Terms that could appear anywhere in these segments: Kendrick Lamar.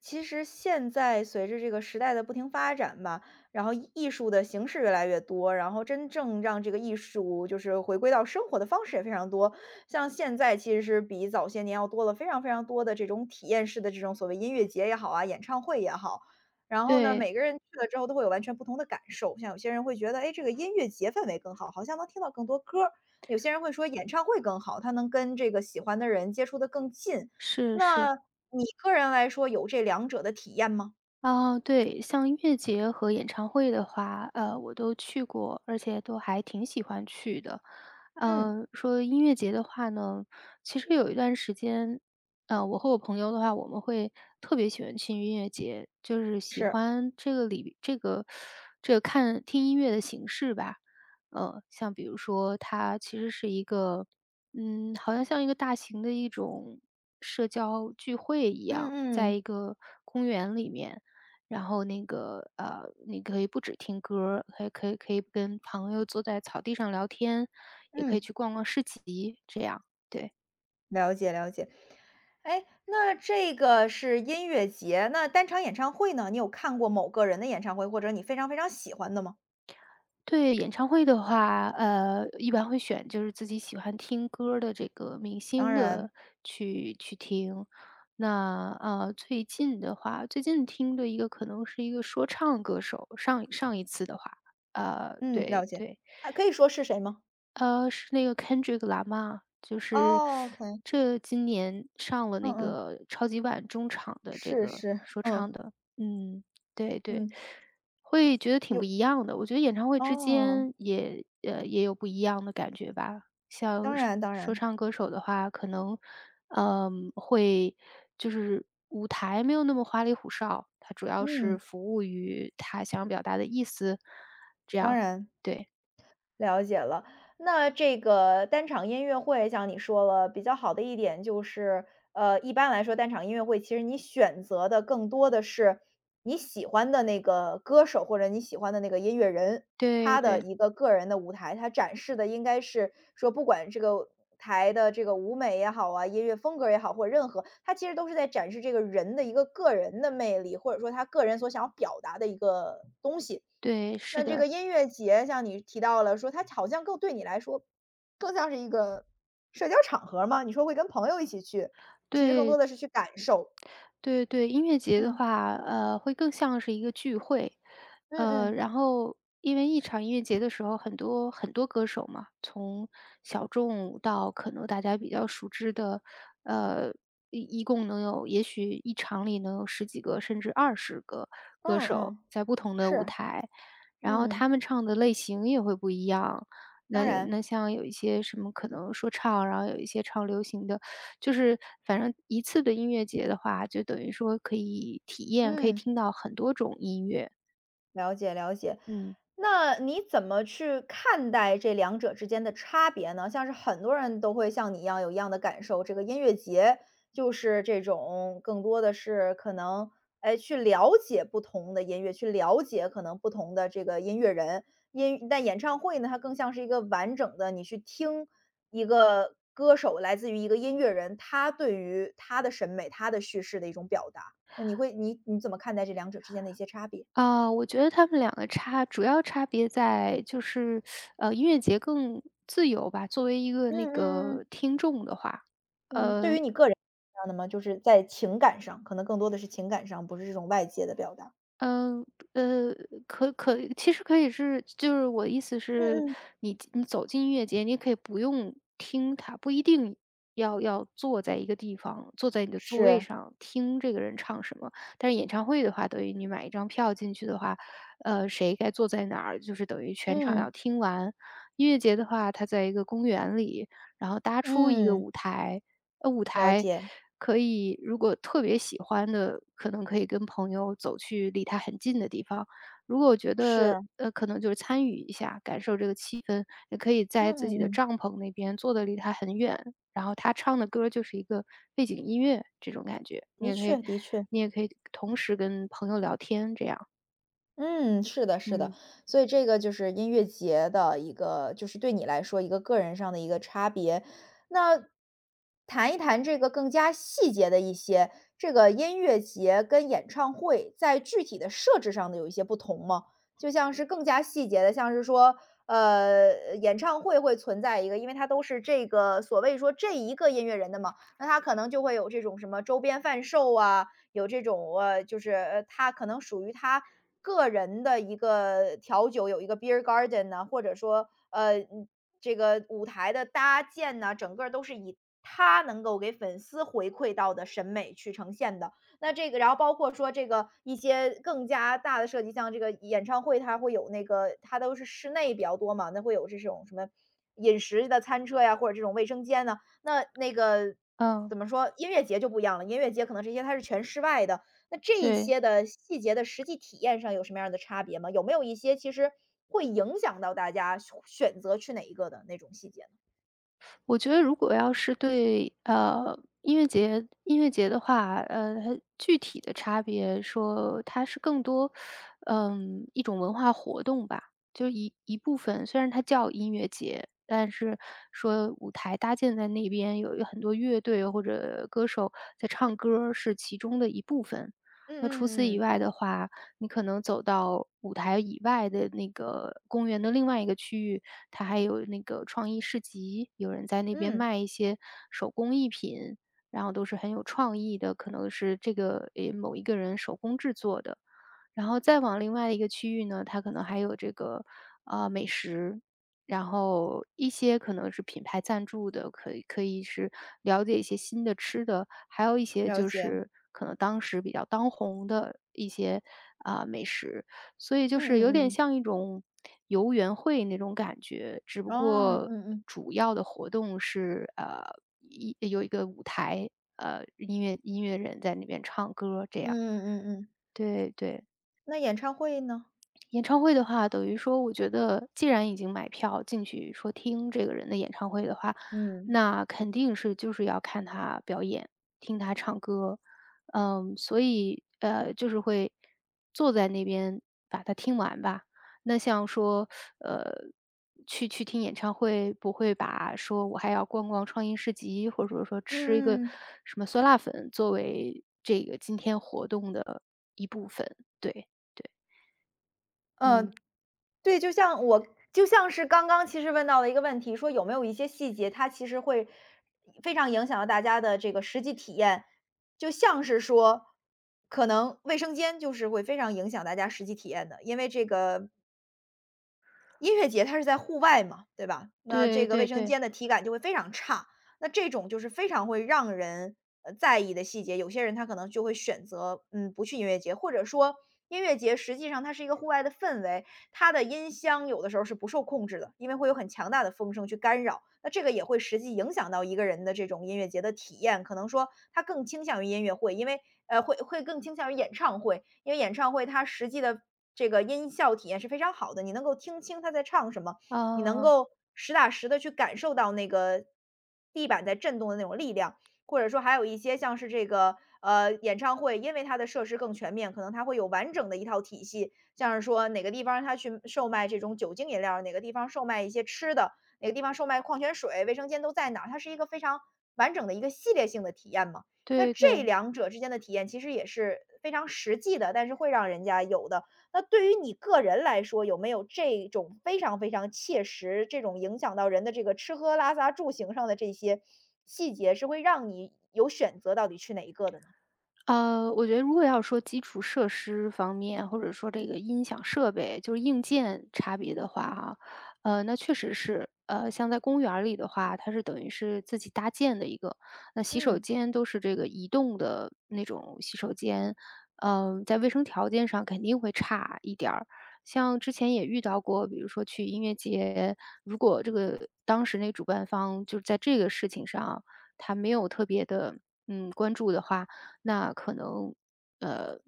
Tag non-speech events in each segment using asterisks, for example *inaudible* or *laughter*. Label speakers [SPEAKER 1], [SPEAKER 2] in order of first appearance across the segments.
[SPEAKER 1] 其实现在随着这个时代的不停发展吧，然后艺术的形式越来越多，然后真正让这个艺术就是回归到生活的方式也非常多。像现在其实是比早些年要多了非常非常多的这种体验式的这种所谓音乐节也好啊，演唱会也好。然后呢，
[SPEAKER 2] 对，
[SPEAKER 1] 每个人去了之后都会有完全不同的感受。像有些人会觉得，哎，这个音乐节氛围更好，好像能听到更多歌儿；有些人会说演唱会更好，他能跟这个喜欢的人接触的更近。
[SPEAKER 2] 是是。
[SPEAKER 1] 那你个人来说有这两者的体验吗？
[SPEAKER 2] 哦，对，像音乐节和演唱会的话，我都去过，而且都还挺喜欢去的。
[SPEAKER 1] 嗯。
[SPEAKER 2] 嗯，说音乐节的话呢，其实有一段时间，我和我朋友的话，我们会特别喜欢去音乐节，就是喜
[SPEAKER 1] 是，
[SPEAKER 2] 欢这个里这个这个看听音乐的形式吧。像比如说，它其实是一个，好像一个大型的一种社交聚会一
[SPEAKER 1] 嗯
[SPEAKER 2] 样，在
[SPEAKER 1] 嗯
[SPEAKER 2] 一个公园里面。然后那个你可以不止听歌儿，还可以跟朋友坐在草地上聊天，也可以
[SPEAKER 1] 嗯，
[SPEAKER 2] 去逛逛市集，这样，对。
[SPEAKER 1] 了解了解。哎，那这个是音乐节，那单场演唱会呢？你有看过某个人的演唱会，或者你非常非常喜欢的吗？
[SPEAKER 2] 对演唱会的话，一般会选就是自己喜欢听歌儿的这个明
[SPEAKER 1] 当
[SPEAKER 2] 星
[SPEAKER 1] 然，
[SPEAKER 2] 的去听。那，最近的话，最近听的一个可能是一个说唱歌手，上一次的话，
[SPEAKER 1] 嗯，了
[SPEAKER 2] 对
[SPEAKER 1] 解。
[SPEAKER 2] 对。
[SPEAKER 1] 还可以说是谁吗？
[SPEAKER 2] 是那个 Kendrick Lamar，就是
[SPEAKER 1] 哦可以，
[SPEAKER 2] 这今年上了
[SPEAKER 1] 嗯
[SPEAKER 2] 那
[SPEAKER 1] 嗯，
[SPEAKER 2] 个超级碗中场的这
[SPEAKER 1] 是
[SPEAKER 2] 个
[SPEAKER 1] 是，
[SPEAKER 2] 说
[SPEAKER 1] 嗯
[SPEAKER 2] 唱的，嗯，对对，
[SPEAKER 1] 嗯，
[SPEAKER 2] 会觉得挺不
[SPEAKER 1] 有，
[SPEAKER 2] 一样的。我觉得演唱会之
[SPEAKER 1] 哦，
[SPEAKER 2] 间也有不一样的感觉吧。像
[SPEAKER 1] 当
[SPEAKER 2] 说
[SPEAKER 1] 然当
[SPEAKER 2] 说
[SPEAKER 1] 然，
[SPEAKER 2] 唱歌手的话，可能嗯会就是舞台没有那么花里胡哨，它主要是
[SPEAKER 1] 嗯，
[SPEAKER 2] 服务于他想表达的意思，这
[SPEAKER 1] 当
[SPEAKER 2] 样
[SPEAKER 1] 然。
[SPEAKER 2] 对。
[SPEAKER 1] 了解了，那这个单场音乐会像你说了，比较好的一点就是，一般来说单场音乐会其实你选择的更多的是你喜欢的那个歌手或者你喜欢的那个音乐人，
[SPEAKER 2] 对
[SPEAKER 1] 他的
[SPEAKER 2] 对，
[SPEAKER 1] 一个个人的舞台，他展示的应该是说不管这个台的这个舞美也好啊，音乐风格也好，或者任何，他其实都是在展示这个人的一个个人的魅力，或者说他个人所想要表达的一个东西。
[SPEAKER 2] 对，是
[SPEAKER 1] 那这个
[SPEAKER 2] 的，
[SPEAKER 1] 音乐节像你提到了说它好像更对你来说，更像是一个社交场合嘛，你说会跟朋友一起去，其实更多
[SPEAKER 2] 对
[SPEAKER 1] 的是去感受。
[SPEAKER 2] 对对，音乐节的
[SPEAKER 1] 嗯，
[SPEAKER 2] 话，会更像是一个聚会，
[SPEAKER 1] 嗯嗯，
[SPEAKER 2] 然后因为一场音乐节的时候，很多很多歌手嘛，从小众到可能大家比较熟知的，呃，一共能有，也许一场里能有十几个甚至20个歌
[SPEAKER 1] 嗯
[SPEAKER 2] 手
[SPEAKER 1] 嗯，
[SPEAKER 2] 在不同的舞
[SPEAKER 1] 是，
[SPEAKER 2] 台，然后
[SPEAKER 1] 嗯，
[SPEAKER 2] 他们唱的类型也会不一样。
[SPEAKER 1] 当
[SPEAKER 2] 那
[SPEAKER 1] 然，
[SPEAKER 2] 那像有一些什么可能说唱，然后有一些唱流行的，就是反正一次的音乐节的话，就等于说可以体验，可以
[SPEAKER 1] 嗯。
[SPEAKER 2] 听到很多种音乐。
[SPEAKER 1] 了解了解，
[SPEAKER 2] 嗯，
[SPEAKER 1] 那你怎么去看待这两者之间的差别呢？像是很多人都会像你一样有一样的感受，这个音乐节就是这种更多的是可能，哎，去了解不同的音乐，去了解可能不同的这个音乐人，但演唱会呢，它更像是一个完整的，你去听一个歌手来自于一个音乐人，他对于他的审美、他的叙事的一种表达。那你会你你怎么看待这两者之间的一些差别？
[SPEAKER 2] 啊，我觉得他们两个主要差别在就是，音乐节更自由吧，作为一个
[SPEAKER 1] 嗯
[SPEAKER 2] 那
[SPEAKER 1] 嗯嗯
[SPEAKER 2] 个听众的话。
[SPEAKER 1] 嗯，对
[SPEAKER 2] 呃，
[SPEAKER 1] 于你个人是这样的吗？就是在情感上，可能更多的是情感上，不是这种外界的表达。
[SPEAKER 2] 嗯，呃，其实可以是就是我意思是，
[SPEAKER 1] 嗯嗯，
[SPEAKER 2] 你走进音乐节，你可以不用听它，不一定要坐在一个地方，坐在你的座位
[SPEAKER 1] 是，
[SPEAKER 2] 上听这个人唱什么。但是演唱会的话，等于你买一张票进去的话，谁该坐在哪儿，就是等于全场要
[SPEAKER 1] 嗯
[SPEAKER 2] 听完。音乐节的话，它在一个公园里，然后搭出一个
[SPEAKER 1] 嗯，
[SPEAKER 2] 舞台，呃，舞
[SPEAKER 1] 了
[SPEAKER 2] 台
[SPEAKER 1] 解，
[SPEAKER 2] 可以如果特别喜欢的，可能可以跟朋友走去离他很近的地方。如果我觉得，
[SPEAKER 1] 是，
[SPEAKER 2] 可能就是参与一下，感受这个气氛，也可以
[SPEAKER 1] 嗯
[SPEAKER 2] 在自己
[SPEAKER 1] 嗯
[SPEAKER 2] 的
[SPEAKER 1] 嗯，
[SPEAKER 2] 帐篷那边坐的离他很远，然后他唱的歌就是一个背景音乐这种感觉。你
[SPEAKER 1] 的
[SPEAKER 2] 也可
[SPEAKER 1] 确
[SPEAKER 2] 以
[SPEAKER 1] 的确。
[SPEAKER 2] 你也可以同时跟朋友聊天这样，
[SPEAKER 1] 嗯，是的，是的，
[SPEAKER 2] 嗯，
[SPEAKER 1] 所以这个就是音乐节的一个，就是对你来说一个个人上的一个差别。那谈一谈这个更加细节的一些，这个音乐节跟演唱会在具体的设置上的有一些不同吗？就像是更加细节的，像是说，演唱会会存在一个，因为它都是这个所谓说这一个音乐人的嘛，那他可能就会有这种什么周边贩售啊，有这种就是他可能属于他个人的一个调酒，有一个 beer garden 呢，或者说，这个舞台的搭建呢，整个儿都是以他能够给粉丝回馈到的审美去呈现的。那这个然后包括说这个一些更加大的设计，像这个演唱会，它会有那个它都是室内比较多嘛，那会有这种什么饮食的餐车呀，或者这种卫生间呢？那个
[SPEAKER 2] 嗯，
[SPEAKER 1] 怎么说，音乐节就不一样了，音乐节可能这些它是全室外的，那这一
[SPEAKER 2] 对。
[SPEAKER 1] 些的细节的实际体验上有什么样的差别吗？有没有一些其实会影响到大家选择去哪一个的那种细节呢？
[SPEAKER 2] 我觉得如果要是对，音乐节的话，它具体的差别说它是更多，一种文化活动吧，就一部分。虽然它叫音乐节，但是说舞台搭建在那边，有很多乐队或者歌手在唱歌儿是其中的一部分。那除此
[SPEAKER 1] 嗯
[SPEAKER 2] 以
[SPEAKER 1] 嗯
[SPEAKER 2] 外的话，你可能走到舞台以外的那个公园的另外一个区域，它还有那个创意市集，有人在那边
[SPEAKER 1] 嗯，嗯，
[SPEAKER 2] 卖一些手工艺品，然后都是很有创意的，可能是这个某一个人手工制作的。然后再往另外一个区域呢，它可能还有这个美食，然后一些可能是品牌赞助的，可以是了解一些新的吃的，还有一些
[SPEAKER 1] 了
[SPEAKER 2] 就
[SPEAKER 1] 解。
[SPEAKER 2] 是可能当时比较当红的一些，啊，美食。所以就
[SPEAKER 1] 嗯
[SPEAKER 2] 是有点
[SPEAKER 1] 嗯嗯，
[SPEAKER 2] 像一种游园会那种感觉，只不
[SPEAKER 1] 哦，
[SPEAKER 2] 过
[SPEAKER 1] 嗯嗯，
[SPEAKER 2] 主要的活动是，有一个舞台，音乐人在那边唱歌这
[SPEAKER 1] 嗯
[SPEAKER 2] 样，
[SPEAKER 1] 嗯嗯嗯，
[SPEAKER 2] 对对。
[SPEAKER 1] 那演唱会呢？
[SPEAKER 2] 演唱会的话，等于说我觉得既然已经买票进去说听这个人的演唱会的话，
[SPEAKER 1] 嗯。
[SPEAKER 2] 那肯定是就是要看他表演，听他唱歌。嗯，所以，就是会坐在那边把它听完吧。那像说，呃，去听演唱会，不会把说我还要逛逛创意市集，或者说吃一个
[SPEAKER 1] 嗯嗯。
[SPEAKER 2] 什么酸辣粉作为这个今天活动的一部分。对对，
[SPEAKER 1] 嗯，
[SPEAKER 2] 嗯。
[SPEAKER 1] 对，就像是刚刚其实问到了一个问题，说有没有一些细节，它其实会非常影响到大家的这个实际体验。就像是说，可能卫生间就是会非常影响大家实际体验的，因为这个音乐节它是在户外嘛，对吧？那这
[SPEAKER 2] 对
[SPEAKER 1] 个卫
[SPEAKER 2] 对
[SPEAKER 1] 生
[SPEAKER 2] 对，
[SPEAKER 1] 间的体感就会非常差，那这种就是非常会让人，在意的细节。有些人他可能就会选择，不去音乐节，或者说音乐节实际上它是一个户外的氛围，它的音箱有的时候是不受控制的，因为会有很强大的风声去干扰，那这个也会实际影响到一个人的这种音乐节的体验。可能说他更倾向于音乐会，因为会更倾向于演唱会，因为演唱会它实际的这个音效体验是非常好的，你能够听清他在唱什么，你能
[SPEAKER 2] 啊，
[SPEAKER 1] 够实打实的去感受到那个地板在震动的那种力量。或者说还有一些像是这个，演唱会，因为它的设施更全面，可能它会有完整的一套体系，像是说哪个地方它去售卖这种酒精饮料哪个地方售卖一些吃的，哪个地方售卖矿泉水，卫生间都在哪儿，它是一个非常完整的一个系列性的体验嘛。那
[SPEAKER 2] 对
[SPEAKER 1] 这
[SPEAKER 2] 对，
[SPEAKER 1] 两者之间的体验其实也是非常实际的，但是会让人家有的。那对于你个人来说，有没有这种非常非常切实，这种影响到人的这个吃喝拉撒住行上的这些细节，是会让你有选择到底去哪一个的呢？
[SPEAKER 2] 我觉得如果要说基础设施方面，或者说这个音响设备，就是硬件差别的话哈，那确实是，像在公园儿里的话，它是等于是自己搭建的一个，那洗手
[SPEAKER 1] 嗯，
[SPEAKER 2] 间都是这个移动的那种洗手间，在卫生条件上肯定会差一点儿。像之前也遇到过，比如说去音乐节，如果这个当时那主办方就是在这个事情上，他没有特别的关注的话。那可能，呃，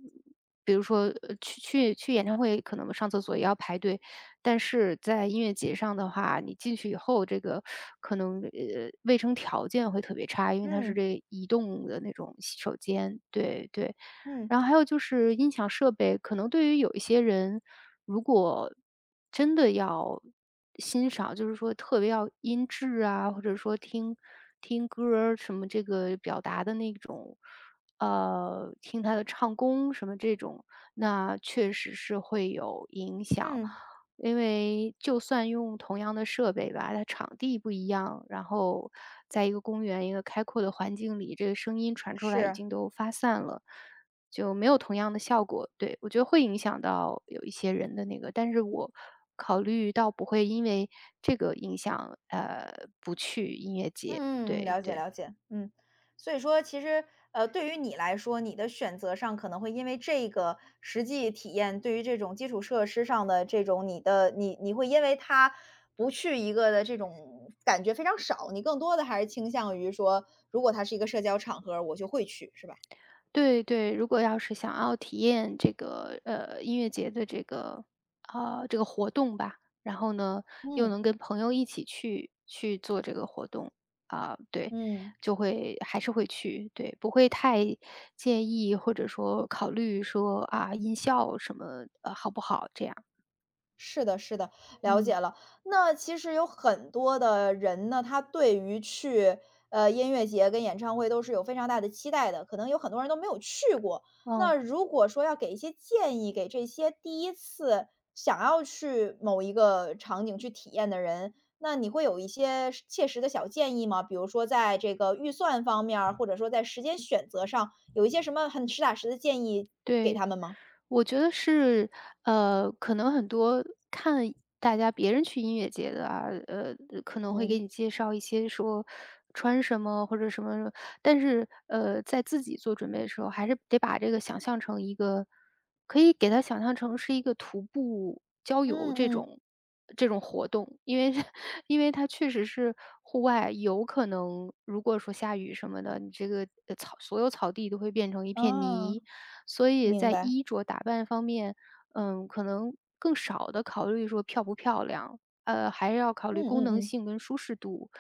[SPEAKER 2] 比如说去演唱会，可能上厕所也要排队，但是在音乐节上的话，你进去以后，这个可能卫生条件会特别差，因为它是
[SPEAKER 1] 嗯，
[SPEAKER 2] 这移动的那种洗手间，对对，
[SPEAKER 1] 嗯，
[SPEAKER 2] 然后还有就是音响设备，可能对于有一些人，如果真的要欣赏，就是说特别要音质啊，或者说听歌儿什么这个表达的那种，听他的唱功什么这种，那确实是会有影响。
[SPEAKER 1] 嗯，
[SPEAKER 2] 因为就算用同样的设备吧，它场地不一样，然后在一个公园、一个开阔的环境里，这个声音传出来已
[SPEAKER 1] 是。
[SPEAKER 2] 经都发散了。就没有同样的效果。对，我觉得会影响到有一些人的那个，但是我考虑到不会因为这个影响，不去音乐节。
[SPEAKER 1] 嗯，
[SPEAKER 2] 对
[SPEAKER 1] 了解
[SPEAKER 2] 对。
[SPEAKER 1] 了解，嗯，所以说其实，对于你来说，你的选择上可能会因为这个实际体验，对于这种基础设施上的这种你的你你会因为它不去一个的这种感觉非常少，你更多的还是倾向于说，如果它是一个社交场合，我就会去，是吧？
[SPEAKER 2] 对对，如果要是想要体验这个，音乐节的这个，啊这个活动吧，然后呢，又
[SPEAKER 1] 嗯
[SPEAKER 2] 能跟朋友一起去做这个活动，啊，对，
[SPEAKER 1] 嗯。
[SPEAKER 2] 就会还是会去，对，不会太介意或者说考虑说啊音效什么，好不好这样，
[SPEAKER 1] 是的，是的，了
[SPEAKER 2] 嗯。
[SPEAKER 1] 解了。那其实有很多的人呢，他对于去音乐节跟演唱会都是有非常大的期待的，可能有很多人都没有去过。那
[SPEAKER 2] 哦，
[SPEAKER 1] 如果说要给一些建议给这些第一次想要去某一个场景去体验的人，那你会有一些切实的小建议吗？比如说在这个预算方面儿，或者说在时间选择上，有一些什么很实打实的建议给
[SPEAKER 2] 对，
[SPEAKER 1] 他们吗？
[SPEAKER 2] 我觉得是，可能很多看大家别人去音乐节的啊，可能会给
[SPEAKER 1] 嗯
[SPEAKER 2] 你介绍一些说穿什么或者什么，但是在自己做准备的时候，还是得把这个想象成一个，可以给它想象成是一个徒步郊游
[SPEAKER 1] 嗯嗯，
[SPEAKER 2] 这种活动，因为 *laughs* 因为它确实是户外，有可能如果说下雨什么的，你这个所有草地都会变成一片
[SPEAKER 1] 啊，
[SPEAKER 2] 泥，所以
[SPEAKER 1] 明
[SPEAKER 2] 在
[SPEAKER 1] 白。
[SPEAKER 2] 衣着打扮方面，可能更少的考虑说漂不漂亮，还是要考虑
[SPEAKER 1] 嗯
[SPEAKER 2] 功
[SPEAKER 1] 嗯
[SPEAKER 2] 能
[SPEAKER 1] 嗯，
[SPEAKER 2] 性跟舒适度，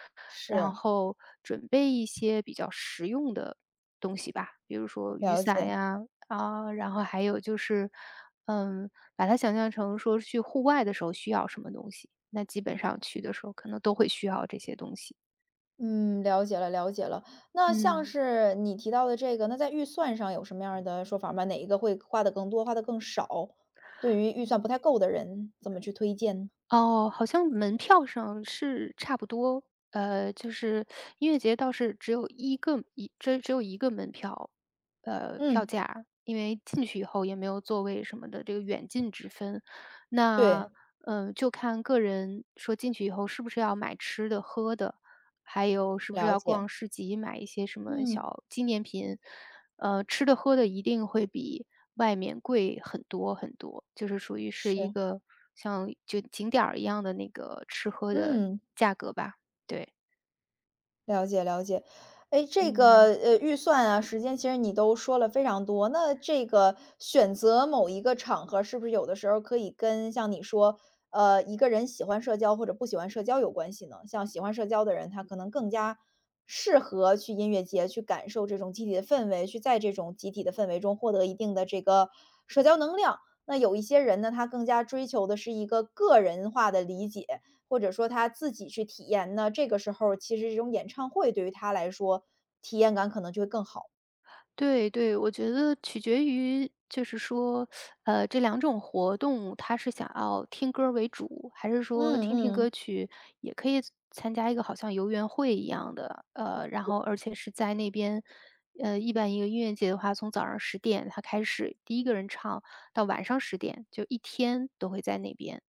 [SPEAKER 2] 然
[SPEAKER 1] 是，
[SPEAKER 2] 后准备一些比较实用的东西吧，比如说雨
[SPEAKER 1] 了
[SPEAKER 2] 伞
[SPEAKER 1] 解。
[SPEAKER 2] 呀，啊，然后还有就是，嗯，把它想象成说去户外的时候需要什么东西，那基本上去的时候可能都会需要这些东西。
[SPEAKER 1] 嗯，了解了，了解了。那像
[SPEAKER 2] 嗯。
[SPEAKER 1] 是你提到的这个，那在预算上有什么样儿的说法吗？哪一个会花的更多，花的更少？对于预算不太够的人，怎么去推荐呢？
[SPEAKER 2] 哦，好像门票上是差不多，就是音乐节倒是只有一个门票，票
[SPEAKER 1] 嗯，
[SPEAKER 2] 价，因为进去以后也没有座位什么的，这个远近之分。
[SPEAKER 1] 对，
[SPEAKER 2] 那，就看个人说进去以后是不是要买吃的喝的，还有是不是
[SPEAKER 1] 了
[SPEAKER 2] 要
[SPEAKER 1] 解。
[SPEAKER 2] 逛市集买一些什么
[SPEAKER 1] 嗯，
[SPEAKER 2] 小纪念品，吃的喝的一定会比外面贵很多很多，就是属于是一
[SPEAKER 1] 是，
[SPEAKER 2] 个像就景点儿一样的那个吃喝的
[SPEAKER 1] 嗯。
[SPEAKER 2] 价格吧，对。
[SPEAKER 1] 了解了解，哎，这个，
[SPEAKER 2] 嗯，
[SPEAKER 1] 预算啊，时间其实你都说了非常多，那这个选择某一个场合，是不是有的时候可以跟像你说，一个人喜欢社交或者不喜欢社交有关系呢？像喜欢社交的人，他可能更加适合去音乐节，去感受这种集体的氛围，去在这种集体的氛围中获得一定的这个社交能量。那有一些人呢，他更加追求的是一个个人化的理解，或者说他自己去体验，那这个时候其实这种演唱会对于他来说，体验感可能就会更好。
[SPEAKER 2] 对对，我觉得取决于就是说，这两种活动，他是想要听歌儿为主，还是
[SPEAKER 1] 嗯
[SPEAKER 2] 说听
[SPEAKER 1] 嗯，
[SPEAKER 2] 歌曲也可以参加一个好像游园会一样的，然后而且是在那边，一般一个音乐节的话，从早上十点他开始第一个人唱到晚上十点，就一天都会在那边。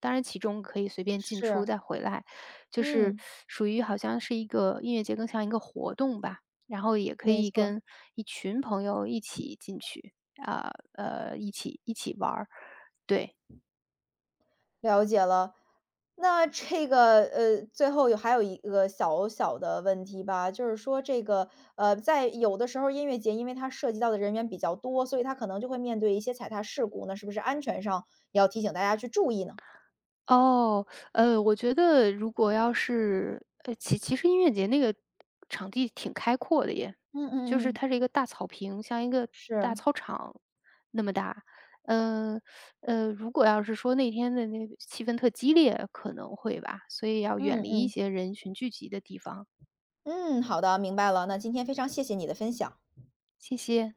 [SPEAKER 2] 当然，其中可以随便进出
[SPEAKER 1] 是，
[SPEAKER 2] 再回来，就是
[SPEAKER 1] 嗯，
[SPEAKER 2] 属于好像是一个音乐节，更像一个活动吧。然后也可
[SPEAKER 1] 没
[SPEAKER 2] 以
[SPEAKER 1] 错儿，
[SPEAKER 2] 跟一群朋友一起进去，啊，一起玩儿，对。
[SPEAKER 1] 了解了。那这个最后还有一个小小的问题吧，就是说这个在有的时候音乐节，因为它涉及到的人员比较多，所以它可能就会面对一些踩踏事故，那是不是安全上也要提醒大家去注意呢？
[SPEAKER 2] 哦，我觉得如果要是其实音乐节那个场地挺开阔的耶，
[SPEAKER 1] 嗯
[SPEAKER 2] 就
[SPEAKER 1] 嗯
[SPEAKER 2] 是
[SPEAKER 1] 嗯，
[SPEAKER 2] 它是一个大草坪，像一个大
[SPEAKER 1] 是，
[SPEAKER 2] 操场那么大。呃，如果要是说那天的那个气氛特激烈，可能会吧，所以要
[SPEAKER 1] 嗯
[SPEAKER 2] 远离一
[SPEAKER 1] 嗯。
[SPEAKER 2] 些人群聚集的地方，
[SPEAKER 1] 嗯，好的，明白了。那今天非常谢谢你的分享。
[SPEAKER 2] 谢谢。